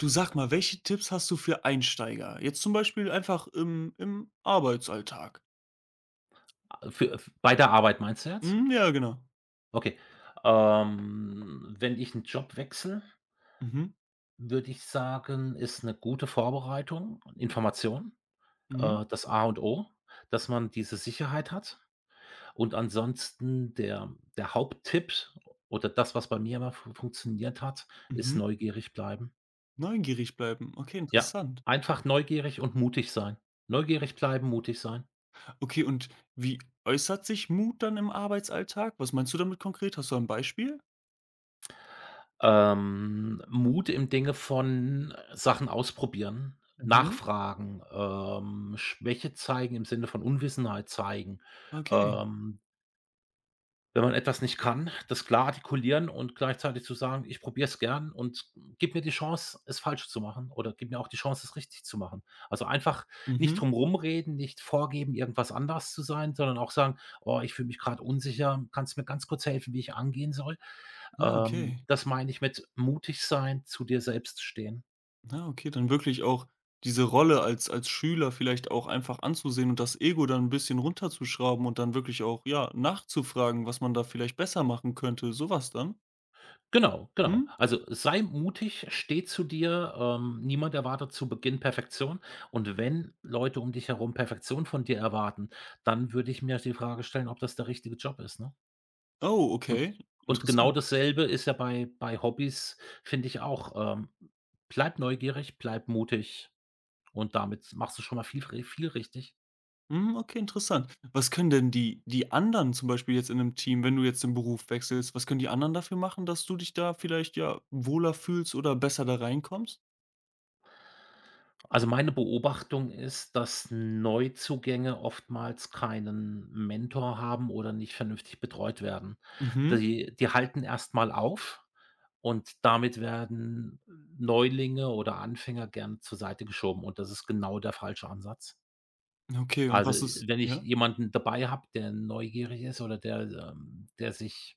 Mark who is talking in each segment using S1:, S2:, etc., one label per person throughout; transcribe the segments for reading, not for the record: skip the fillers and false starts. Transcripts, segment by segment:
S1: Du, sag mal, welche Tipps hast du für Einsteiger? Jetzt zum Beispiel einfach im Arbeitsalltag.
S2: Für f bei der Arbeit meinst du jetzt?
S1: Hm, ja, genau.
S2: Okay. Wenn ich einen Job wechsle,
S1: Mhm,
S2: würde ich sagen, ist eine gute Vorbereitung, Information,
S1: mhm,
S2: das A und O, dass man diese Sicherheit hat. Und ansonsten der Haupttipp oder das, was bei mir immer fu funktioniert hat, ist
S1: mhm.
S2: neugierig bleiben.
S1: Neugierig bleiben. Okay,
S2: Ja,
S1: interessant.
S2: einfach neugierig und mutig sein. Neugierig bleiben, mutig sein.
S1: Okay, und wie äußert sich Mut dann im Arbeitsalltag? Was meinst du damit konkret? Hast du ein Beispiel?
S2: Mut im Dinge von Sachen ausprobieren,
S1: Mhm.
S2: nachfragen, Schwäche zeigen im Sinne von Unwissenheit zeigen,
S1: Okay.
S2: ähm, wenn man etwas nicht kann, das klar artikulieren und gleichzeitig zu sagen: „Ich probiere es gern und gib mir die Chance, es falsch zu machen oder gib mir auch die Chance, es richtig zu machen." Also, einfach nicht
S1: Mhm.
S2: drum rumreden, nicht vorgeben, irgendwas anders zu sein, sondern auch sagen: „Oh, ich fühle mich gerade unsicher. Kannst du mir ganz kurz helfen, wie ich angehen soll?"
S1: Ja,
S2: Ähm,
S1: okay.
S2: das meine ich mit mutig sein, zu dir selbst stehen.
S1: Ja, okay, dann wirklich auch diese Rolle als Schüler vielleicht auch einfach anzusehen und das Ego dann ein bisschen runterzuschrauben und dann wirklich auch, ja, nachzufragen, was man da vielleicht besser machen könnte, sowas dann?
S2: Genau, genau.
S1: Mhm.
S2: Also, sei mutig, steh zu dir. Niemand erwartet zu Beginn Perfektion. Und wenn Leute um dich herum Perfektion von dir erwarten, dann würde ich mir die Frage stellen, ob das der richtige Job ist, ne?
S1: Oh,
S2: Und
S1: okay,
S2: und
S1: interessant.
S2: genau dasselbe ist ja bei Hobbys, finde ich auch. Bleib neugierig, bleib mutig und damit machst du schon mal viel viel richtig.
S1: Mhm, okay, interessant. Was können denn die anderen zum Beispiel jetzt in 'nem Team, wenn du jetzt den Beruf wechselst, was können die anderen dafür machen, dass du dich da vielleicht, ja, wohler fühlst oder besser da reinkommst?
S2: Also, meine Beobachtung ist, dass Neuzugänge oftmals keinen Mentor haben oder nicht vernünftig betreut werden.
S1: Mhm.
S2: Die halten erst mal auf und damit werden Neulinge oder Anfänger gern zur Seite geschoben und das ist genau der falsche Ansatz.
S1: Okay, und
S2: Also,
S1: was ist
S2: wenn ich
S1: ja?
S2: jemanden dabei habe, der neugierig ist oder der sich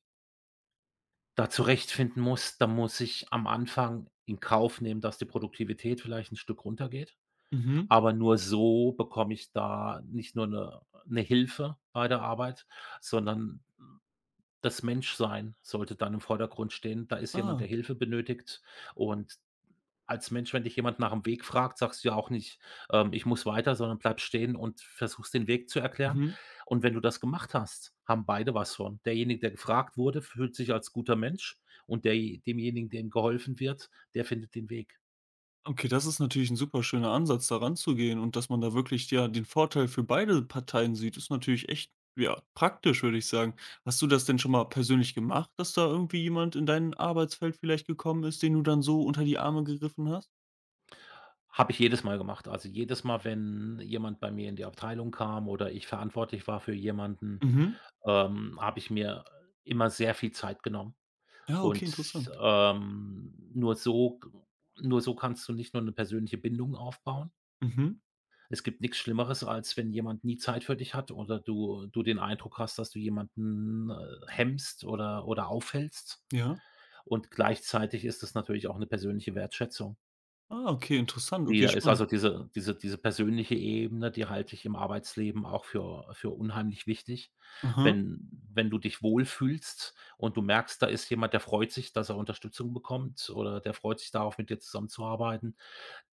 S2: da zurechtfinden muss, dann muss ich am Anfang in Kauf nehmen, dass die Produktivität vielleicht ein Stück runtergeht.
S1: Mhm.
S2: Aber nur so bekomme ich da nicht nur eine 'ne Hilfe bei der Arbeit, sondern das Menschsein sollte dann im Vordergrund stehen. Da ist jemand,
S1: Ah.
S2: der Hilfe benötigt und als Mensch, wenn dich jemand nach dem Weg fragt, sagst du ja auch nicht: „Ich muss weiter", sondern bleibst stehen und versuchst, den Weg zu erklären.
S1: Mhm.
S2: Und wenn du das gemacht hast, haben beide was von. Derjenige, der gefragt wurde, fühlt sich als guter Mensch und der demjenigen, dem geholfen wird, der findet den Weg.
S1: Okay, das ist natürlich ein super schöner Ansatz, da ranzugehen, und dass man da wirklich, ja, den Vorteil für beide Parteien sieht, ist natürlich echt, ja, praktisch, würde ich sagen. Hast du das denn schon mal persönlich gemacht, dass da irgendwie jemand in dein Arbeitsfeld vielleicht gekommen ist, den du dann so unter die Arme gegriffen hast?
S2: Habe ich jedes Mal gemacht. Also, jedes Mal, wenn jemand bei mir in die Abteilung kam oder ich verantwortlich war für jemanden,
S1: Mhm.
S2: habe ich mir immer sehr viel Zeit genommen.
S1: Ja, okay,
S2: Und,
S1: interessant.
S2: nur so kannst du nicht nur eine persönliche Bindung aufbauen.
S1: Mhm.
S2: Es gibt nichts Schlimmeres, als wenn jemand nie Zeit für dich hat oder du den Eindruck hast, dass du jemanden hemmst oder aufhältst.
S1: Ja.
S2: Und gleichzeitig ist es natürlich auch eine persönliche Wertschätzung.
S1: Ah, okay, interessant.
S2: Die
S1: Okay,
S2: da ist
S1: spannend.
S2: also diese persönliche Ebene, die halte ich im Arbeitsleben auch für unheimlich wichtig.
S1: Aha.
S2: Wenn du dich wohlfühlst und du merkst, da ist jemand, der freut sich, dass er Unterstützung bekommt oder der freut sich darauf, mit dir zusammenzuarbeiten,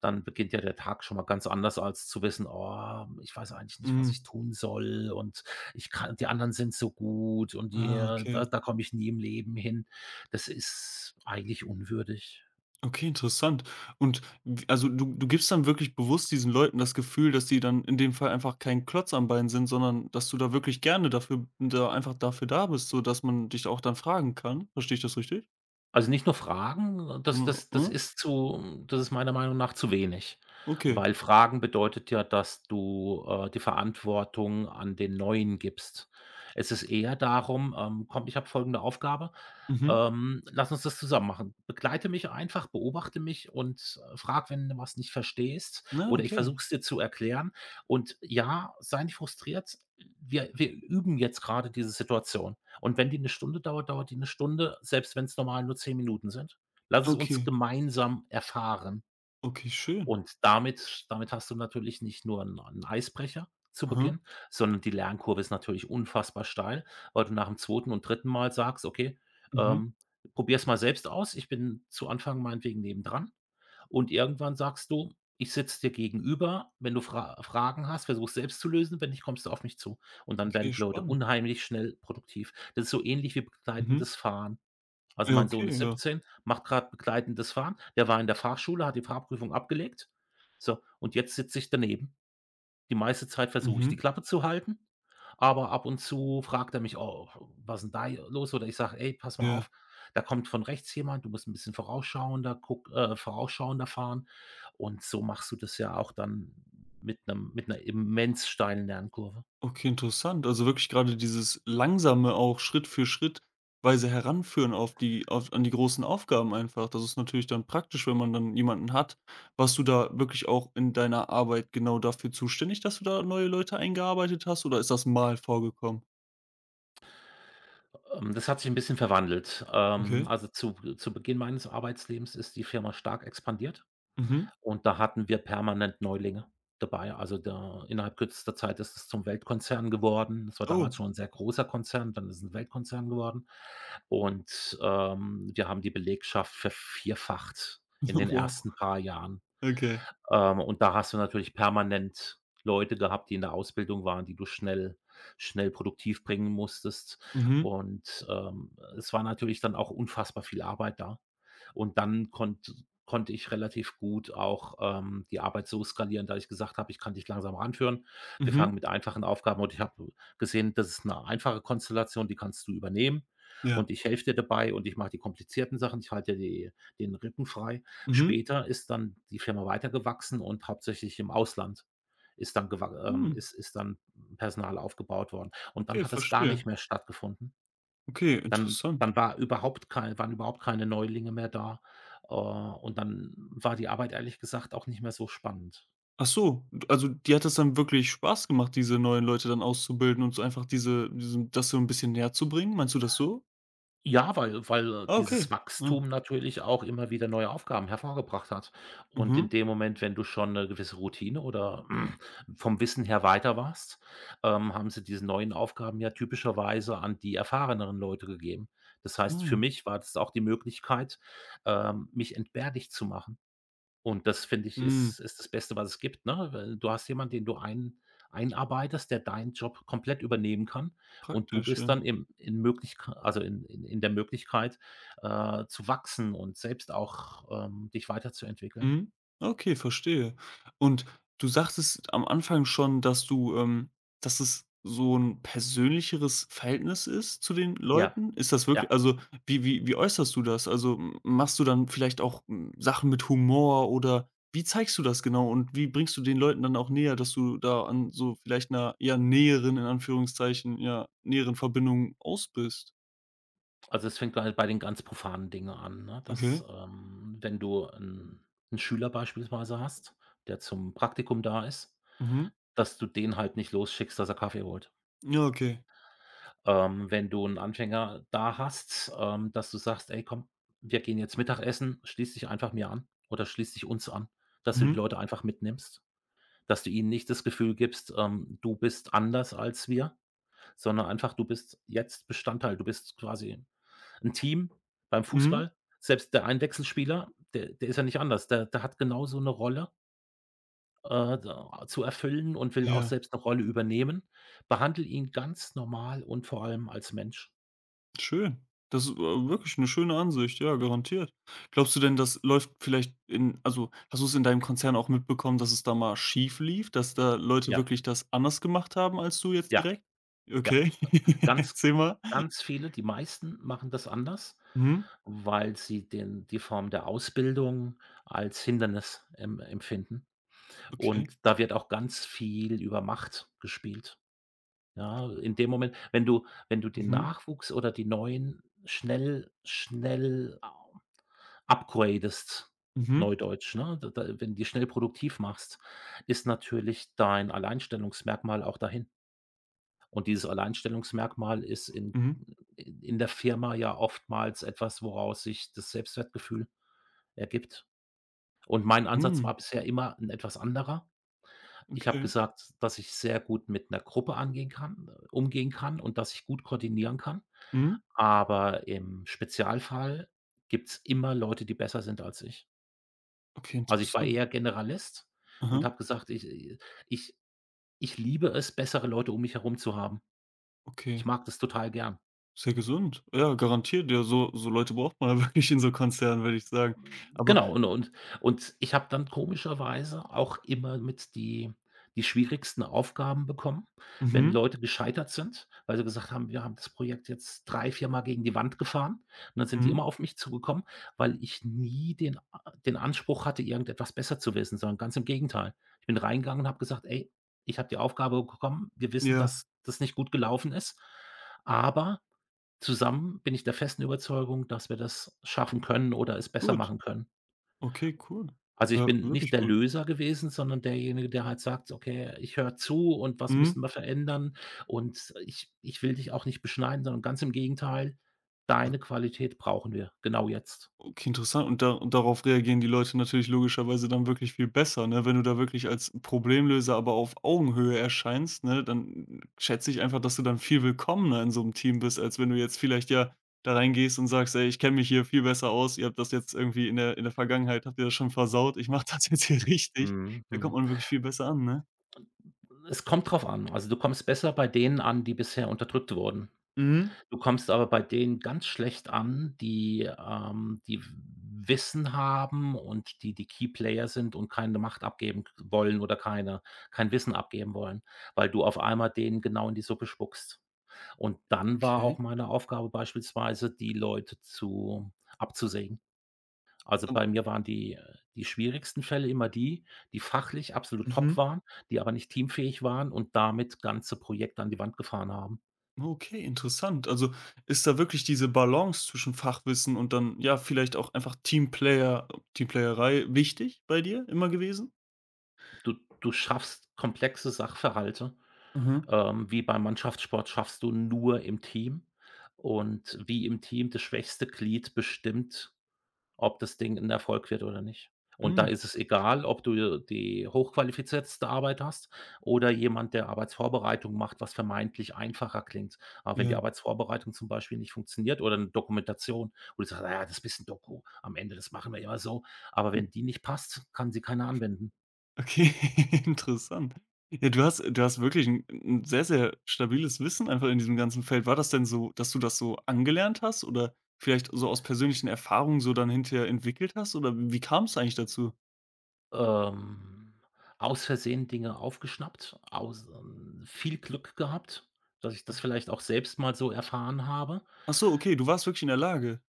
S2: dann beginnt ja der Tag schon mal ganz anders, als zu wissen: „Oh, ich weiß eigentlich nicht, was ich
S1: Mhm.
S2: tun soll und ich kann die anderen sind so gut und die
S1: Ah,
S2: da
S1: okay.
S2: da komme ich nie im Leben hin." Das ist eigentlich unwürdig.
S1: Okay, interessant. Und w also, du gibst dann wirklich bewusst diesen Leuten das Gefühl, dass die dann in dem Fall einfach kein Klotz am Bein sind, sondern dass du da wirklich gerne dafür da, einfach dafür da bist, so dass man dich auch dann fragen kann. Verstehe ich das richtig?
S2: Also, nicht nur Fragen,
S1: Mhm, mhm,
S2: das ist meiner Meinung nach zu wenig,
S1: okay.
S2: weil Fragen bedeutet ja, dass du die Verantwortung an den Neuen gibst. Es ist eher darum: „Komm, ich habe folgende Aufgabe.
S1: Mhm.
S2: Lass uns das zusammen machen. Begleite mich einfach, beobachte mich und frag, wenn du was nicht verstehst,
S1: Na,
S2: oder ich
S1: okay.
S2: versuche es dir zu erklären. Und ja, sei nicht frustriert. Wir üben jetzt gerade diese Situation. Und wenn die eine Stunde dauert, dauert die eine Stunde, selbst wenn es normal nur 10 Minuten sind. Lass es uns
S1: Okay.
S2: gemeinsam erfahren.
S1: Okay, schön.
S2: Und damit hast du natürlich nicht nur einen 'n Eisbrecher zu
S1: Aha.
S2: Beginn, sondern die Lernkurve ist natürlich unfassbar steil, weil du nach dem zweiten und dritten Mal sagst: „Okay,
S1: Mhm.
S2: ähm, probier's mal selbst aus. Ich bin zu Anfang meinetwegen nebendran." Und irgendwann sagst du: „Ich sitze dir gegenüber. Wenn du Fragen hast, versuch selbst zu lösen. Wenn nicht, kommst du auf mich zu." Und dann werden
S1: Okay,
S2: die Leute
S1: spannend.
S2: unheimlich schnell produktiv. Das ist so ähnlich wie
S1: Mhm.
S2: begleitendes Fahren. Also,
S1: Ja,
S2: mein Sohn
S1: okay,
S2: ist
S1: ja.
S2: 17, macht gerade begleitendes Fahren. Der war in der Fahrschule, hat die Fahrprüfung abgelegt. So, und jetzt sitze ich daneben. Die meiste Zeit versuche ich, die
S1: Mhm.
S2: Klappe zu halten, aber ab und zu fragt er mich: „Oh, was ist 'n da los?" Oder ich sage: „Ey, pass mal
S1: Ja.
S2: auf, da kommt von rechts jemand, du musst 'n bisschen vorausschauender guck vorausschauender fahren." Und so machst du das ja auch dann mit 'ner immens steilen Lernkurve.
S1: Okay, interessant. Also wirklich gerade dieses langsame auch Schritt für Schritt weise Heranführen auf die auf an die großen Aufgaben einfach. Das ist natürlich dann praktisch, wenn man dann jemanden hat. Warst du da wirklich auch in deiner Arbeit genau dafür zuständig, dass du da neue Leute eingearbeitet hast, oder ist das mal vorgekommen?
S2: Das hat sich 'n bisschen verwandelt. Ähm,
S1: Okay.
S2: also, zu zu Beginn meines Arbeitslebens ist die Firma stark expandiert.
S1: Mhm.
S2: Und da hatten wir permanent Neulinge dabei. Also, da innerhalb kürzester Zeit ist es zum Weltkonzern geworden. Das war damals
S1: Oh,
S2: schon ein sehr großer Konzern, dann ist es 'n Weltkonzern geworden. Und wir haben die Belegschaft vervierfacht in den
S1: wow.
S2: ersten paar Jahren.
S1: Okay.
S2: Und da hast du natürlich permanent Leute gehabt, die in der Ausbildung waren, die du schnell produktiv bringen musstest.
S1: Mhm.
S2: Und es war natürlich dann auch unfassbar viel Arbeit da. Und dann konnte ich relativ gut auch, die Arbeit so skalieren, da ich gesagt habe: „Ich kann dich langsam ranführen. Wir
S1: Mhm.
S2: fangen mit einfachen Aufgaben" und ich habe gesehen, das ist eine einfache Konstellation, die kannst du übernehmen
S1: Ja.
S2: und ich helfe dir dabei und ich mache die komplizierten Sachen, ich halte dir die den Rippen frei.
S1: Mhm.
S2: Später ist dann die Firma weitergewachsen und hauptsächlich im Ausland ist dann
S1: Hm.
S2: Personal aufgebaut worden. Und
S1: Okay,
S2: dann hat das gar
S1: verstehe.
S2: nicht mehr stattgefunden.
S1: Okay,
S2: Dann
S1: interessant.
S2: dann waren überhaupt keine Neulinge mehr da, und dann war die Arbeit ehrlich gesagt auch nicht mehr so spannend.
S1: Ach so, d also dir hat es dann wirklich Spaß gemacht, diese neuen Leute dann auszubilden und so einfach diesen das so ein bisschen näher zu bringen? Meinst du das so?
S2: Ja, weil
S1: Ah, okay.
S2: dieses
S1: Ah,
S2: Wachstum natürlich auch immer wieder neue Aufgaben hervorgebracht hat. Und
S1: Mhm.
S2: in dem Moment, wenn du schon 'ne gewisse Routine oder vom Wissen her weiter warst, haben sie diese neuen Aufgaben ja typischerweise an die erfahreneren Leute gegeben. Das heißt, für
S1: Mhm.
S2: mich war das auch die Möglichkeit, mich entbehrlich zu machen. Und das finde ich,
S1: Mhm.
S2: ist das Beste, was es gibt, ne? Weil du hast jemanden, den du einarbeitest, der deinen Job komplett übernehmen kann und du
S1: Praktisch,
S2: bist
S1: ja.
S2: dann im in Möglichk also in der Möglichkeit, zu wachsen und selbst auch, dich weiterzuentwickeln.
S1: Mhm. Okay, verstehe. Und du sagtest am Anfang schon, dass es so ein persönlicheres Verhältnis ist zu den
S2: Ja,
S1: Leuten? Ist das
S2: ja.
S1: wirklich also, wie äußerst du das? Also, m machst du dann vielleicht auch, hm, Sachen mit Humor, oder wie zeigst du das genau und wie bringst du den Leuten dann auch näher, dass du da an so vielleicht einer ja näheren, in Anführungszeichen ja, näheren Verbindung aus bist?
S2: Also, es fängt bei den ganz profanen Dingen an, ne,
S1: Okay.
S2: dass, wenn du 'n Schüler beispielsweise hast, der zum Praktikum da ist,
S1: Mhm.
S2: dass du den halt nicht losschickst, dass er Kaffee holt.
S1: Ja, okay.
S2: Wenn du einen Anfänger da hast, dass du sagst: „Ey, komm, wir gehen jetzt Mittagessen, schließ dich einfach mir an oder schließ dich uns an", dass du die
S1: Mhm.
S2: Leute einfach mitnimmst, dass du ihnen nicht das Gefühl gibst, du bist anders als wir, sondern einfach, du bist jetzt Bestandteil. Du bist quasi ein Team beim
S1: Mhm.
S2: Fußball. Selbst der Einwechselspieler, der der ist ja nicht anders. Der der hat genauso eine Rolle, da zu erfüllen und will auch
S1: Ja.
S2: selbst eine Rolle übernehmen. Behandle ihn ganz normal und vor allem als Mensch.
S1: Schön. Das ist, wirklich eine schöne Ansicht, ja, garantiert. Glaubst du denn, das läuft vielleicht in also, hast du es in deinem Konzern auch mitbekommen, dass es da mal schief lief, dass da Leute
S2: Ja.
S1: wirklich das anders gemacht haben als du jetzt
S2: Ja,
S1: direkt?
S2: ja.
S1: Okay.
S2: Ganz
S1: Erzähl mal.
S2: ganz viele, die meisten machen das anders,
S1: Mhm.
S2: weil sie den die Form der Ausbildung als Hindernis empfinden.
S1: Okay.
S2: Und da wird auch ganz viel über Macht gespielt. Ja, in dem Moment, wenn du den
S1: Mhm.
S2: Nachwuchs oder die Neuen schnell schnell au upgradest,
S1: Mhm.
S2: neudeutsch, ne? Da da wenn die schnell produktiv machst, ist natürlich dein Alleinstellungsmerkmal auch dahin. Und dieses Alleinstellungsmerkmal ist in
S1: Mhm.
S2: in der Firma ja oftmals etwas, woraus sich das Selbstwertgefühl ergibt. Und mein Ansatz
S1: Mhm.
S2: war bisher immer ein etwas anderer. Ich habe
S1: Okay.
S2: gesagt, dass ich sehr gut mit einer Gruppe angehen kann umgehen kann und dass ich gut koordinieren kann.
S1: Mhm.
S2: Aber im Spezialfall gibt es immer Leute, die besser sind als ich.
S1: Okay,
S2: Also, ich war
S1: interessant.
S2: eher Generalist und
S1: Aha.
S2: habe gesagt, ich ich liebe es, bessere Leute um mich herum zu haben. Ich
S1: Okay.
S2: mag das total gern.
S1: Sehr gesund. Ja, garantiert. Ja, so so Leute braucht man ja wirklich in so Konzernen, würde ich sagen. Aber
S2: Genau, und ich habe dann komischerweise auch immer mit die schwierigsten Aufgaben bekommen, wenn
S1: mhm.
S2: Leute gescheitert sind, weil sie gesagt haben: „Wir haben das Projekt jetzt 3 4 Mal gegen die Wand gefahren." Und dann sind die
S1: Mhm.
S2: immer auf mich zugekommen, weil ich nie den Anspruch hatte, irgendetwas besser zu wissen, sondern ganz im Gegenteil. Ich bin reingegangen und habe gesagt: „Ey, ich habe die Aufgabe bekommen. Wir wissen,
S1: Ja,
S2: dass das nicht gut gelaufen ist, aber zusammen bin ich der festen Überzeugung, dass wir das schaffen können oder es besser
S1: gut.
S2: machen können."
S1: Okay, cool.
S2: Also, ich
S1: Ja,
S2: bin nicht
S1: wirklich
S2: der
S1: gut.
S2: Löser gewesen, sondern derjenige, der halt sagt: „Okay, ich höre zu und was
S1: Mhm.
S2: müssen wir verändern und ich will dich auch nicht beschneiden, sondern ganz im Gegenteil, deine Qualität brauchen wir, genau jetzt."
S1: Okay, interessant. Und da und darauf reagieren die Leute natürlich logischerweise dann wirklich viel besser, ne? Wenn du da wirklich als Problemlöser, aber auf Augenhöhe erscheinst, ne, dann schätze ich einfach, dass du dann viel willkommener in so einem Team bist, als wenn du jetzt vielleicht ja da reingehst und sagst: „Ey, ich kenne mich hier viel besser aus. Ihr habt das jetzt irgendwie in der Vergangenheit habt ihr das schon versaut. Ich mache das jetzt hier richtig.“
S2: Mhm,
S1: Da kommt
S2: mhm.
S1: man wirklich viel besser an, ne?
S2: Es kommt drauf an. Also, du kommst besser bei denen an, die bisher unterdrückt wurden.
S1: Mhm.
S2: Du kommst aber bei denen ganz schlecht an, die Wissen haben und die Keyplayer sind und keine Macht abgeben k wollen oder kein Wissen abgeben wollen, weil du auf einmal denen genau in die Suppe spuckst. Und dann war
S1: Okay.
S2: auch meine Aufgabe beispielsweise, die Leute zu abzusägen. Also,
S1: Und
S2: bei mir waren die schwierigsten Fälle immer die, die fachlich absolut top
S1: mhm.
S2: waren, die aber nicht teamfähig waren und damit ganze Projekte an die Wand gefahren haben.
S1: Okay, interessant. Also, ist da wirklich diese Balance zwischen Fachwissen und dann, ja, vielleicht auch einfach Teamplayerei wichtig bei dir immer gewesen?
S2: Du du schaffst komplexe Sachverhalte,
S1: Mhm.
S2: ähm, wie beim Mannschaftssport schaffst du nur im Team und wie im Team das schwächste Glied bestimmt, ob das Ding ein Erfolg wird oder nicht. Und da
S1: Hm,
S2: ist es egal, ob du die hochqualifizierteste Arbeit hast oder jemand, der Arbeitsvorbereitung macht, was vermeintlich einfacher klingt. Aber wenn die
S1: ja.
S2: Arbeitsvorbereitung zum Beispiel nicht funktioniert oder eine Dokumentation, wo du sagst: „Na ja, das ist ein bisschen Doku am Ende, das machen wir immer so." Aber
S1: Hm,
S2: wenn die nicht passt, kann sie keiner anwenden.
S1: okay, interessant. Ja, du hast, du hast wirklich ein 'n sehr, sehr stabiles Wissen einfach in diesem ganzen Feld. War das denn so, dass du das so angelernt hast oder vielleicht so aus persönlichen Erfahrungen so dann hinterher entwickelt hast, oder wie kam es eigentlich dazu?
S2: Ähm, aus Versehen Dinge aufgeschnappt, aus viel Glück gehabt, dass ich das vielleicht auch selbst mal so erfahren habe.
S1: Ach so, okay, du warst wirklich in der Lage.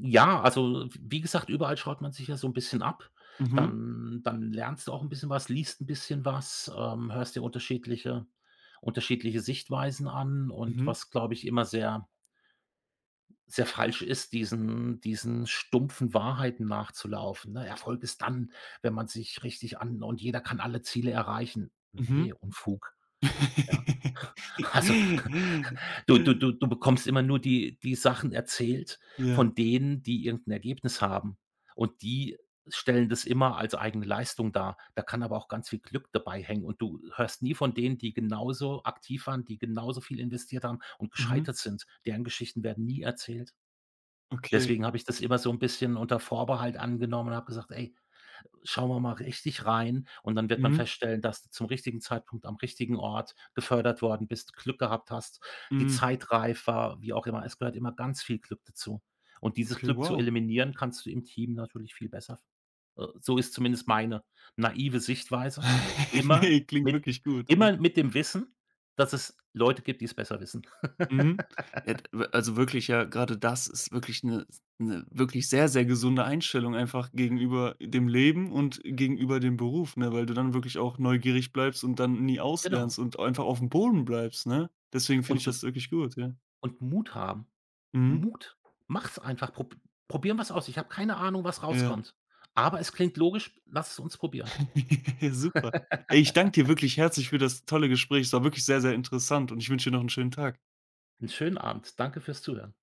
S2: Ja, also, wie gesagt, überall schaut man sich ja so ein bisschen ab.
S1: Mhm,
S2: Dann dann lernst du auch ein bisschen was, liest ein bisschen was, hörst dir unterschiedliche Sichtweisen an und
S1: mhm,
S2: was, glaube ich, immer sehr sehr falsch ist, diesen stumpfen Wahrheiten nachzulaufen, ne? Erfolg ist dann, wenn man sich richtig an und jeder kann alle Ziele erreichen. Ne,
S1: mhm.
S2: Unfug, ja? Also, du bekommst immer nur die Sachen erzählt
S1: Ja.
S2: von denen, die irgendein Ergebnis haben und die stellen das immer als eigene Leistung dar. Da kann aber auch ganz viel Glück dabei hängen und du hörst nie von denen, die genauso aktiv waren, die genauso viel investiert haben und
S1: Mhm.
S2: gescheitert sind. Deren Geschichten werden nie erzählt.
S1: Okay.
S2: Deswegen habe ich das immer so 'n bisschen unter Vorbehalt angenommen und habe gesagt: „Ey, schauen wir mal richtig rein und dann wird man
S1: Mhm.
S2: feststellen, dass du zum richtigen Zeitpunkt am richtigen Ort gefördert worden bist, Glück gehabt hast, die
S1: Mhm.
S2: Zeit reif war", wie auch immer. Es gehört immer ganz viel Glück dazu. Und dieses
S1: Okay,
S2: Glück zu
S1: wow.
S2: eliminieren, kannst du im Team natürlich viel besser. So ist zumindest meine naive Sichtweise. Immer
S1: Ne, klingt
S2: mit
S1: wirklich gut, ja.
S2: immer mit dem Wissen, dass es Leute gibt, die's besser wissen.
S1: Mhm. Ja, d w also wirklich, ja, gerade das ist wirklich eine s 'ne wirklich sehr, sehr gesunde Einstellung einfach gegenüber dem Leben und gegenüber dem Beruf, ne, weil du dann wirklich auch neugierig bleibst und dann nie
S2: Genau.
S1: auslernst und einfach auf dem Boden bleibst, ne? Deswegen finde ich
S2: Und du
S1: das wirklich gut, ja.
S2: und Mut haben.
S1: Mhm.
S2: Mut. Mach's einfach. Probieren wir's aus. Ich habe keine Ahnung, was
S1: Ja.
S2: rauskommt. Aber es klingt logisch. Lass es uns probieren.
S1: Super. Ey, ich danke dir wirklich herzlich für das tolle Gespräch. Es war wirklich sehr, sehr interessant und ich wünsche dir noch einen schönen Tag.
S2: 'N schönen Abend. Danke fürs Zuhören.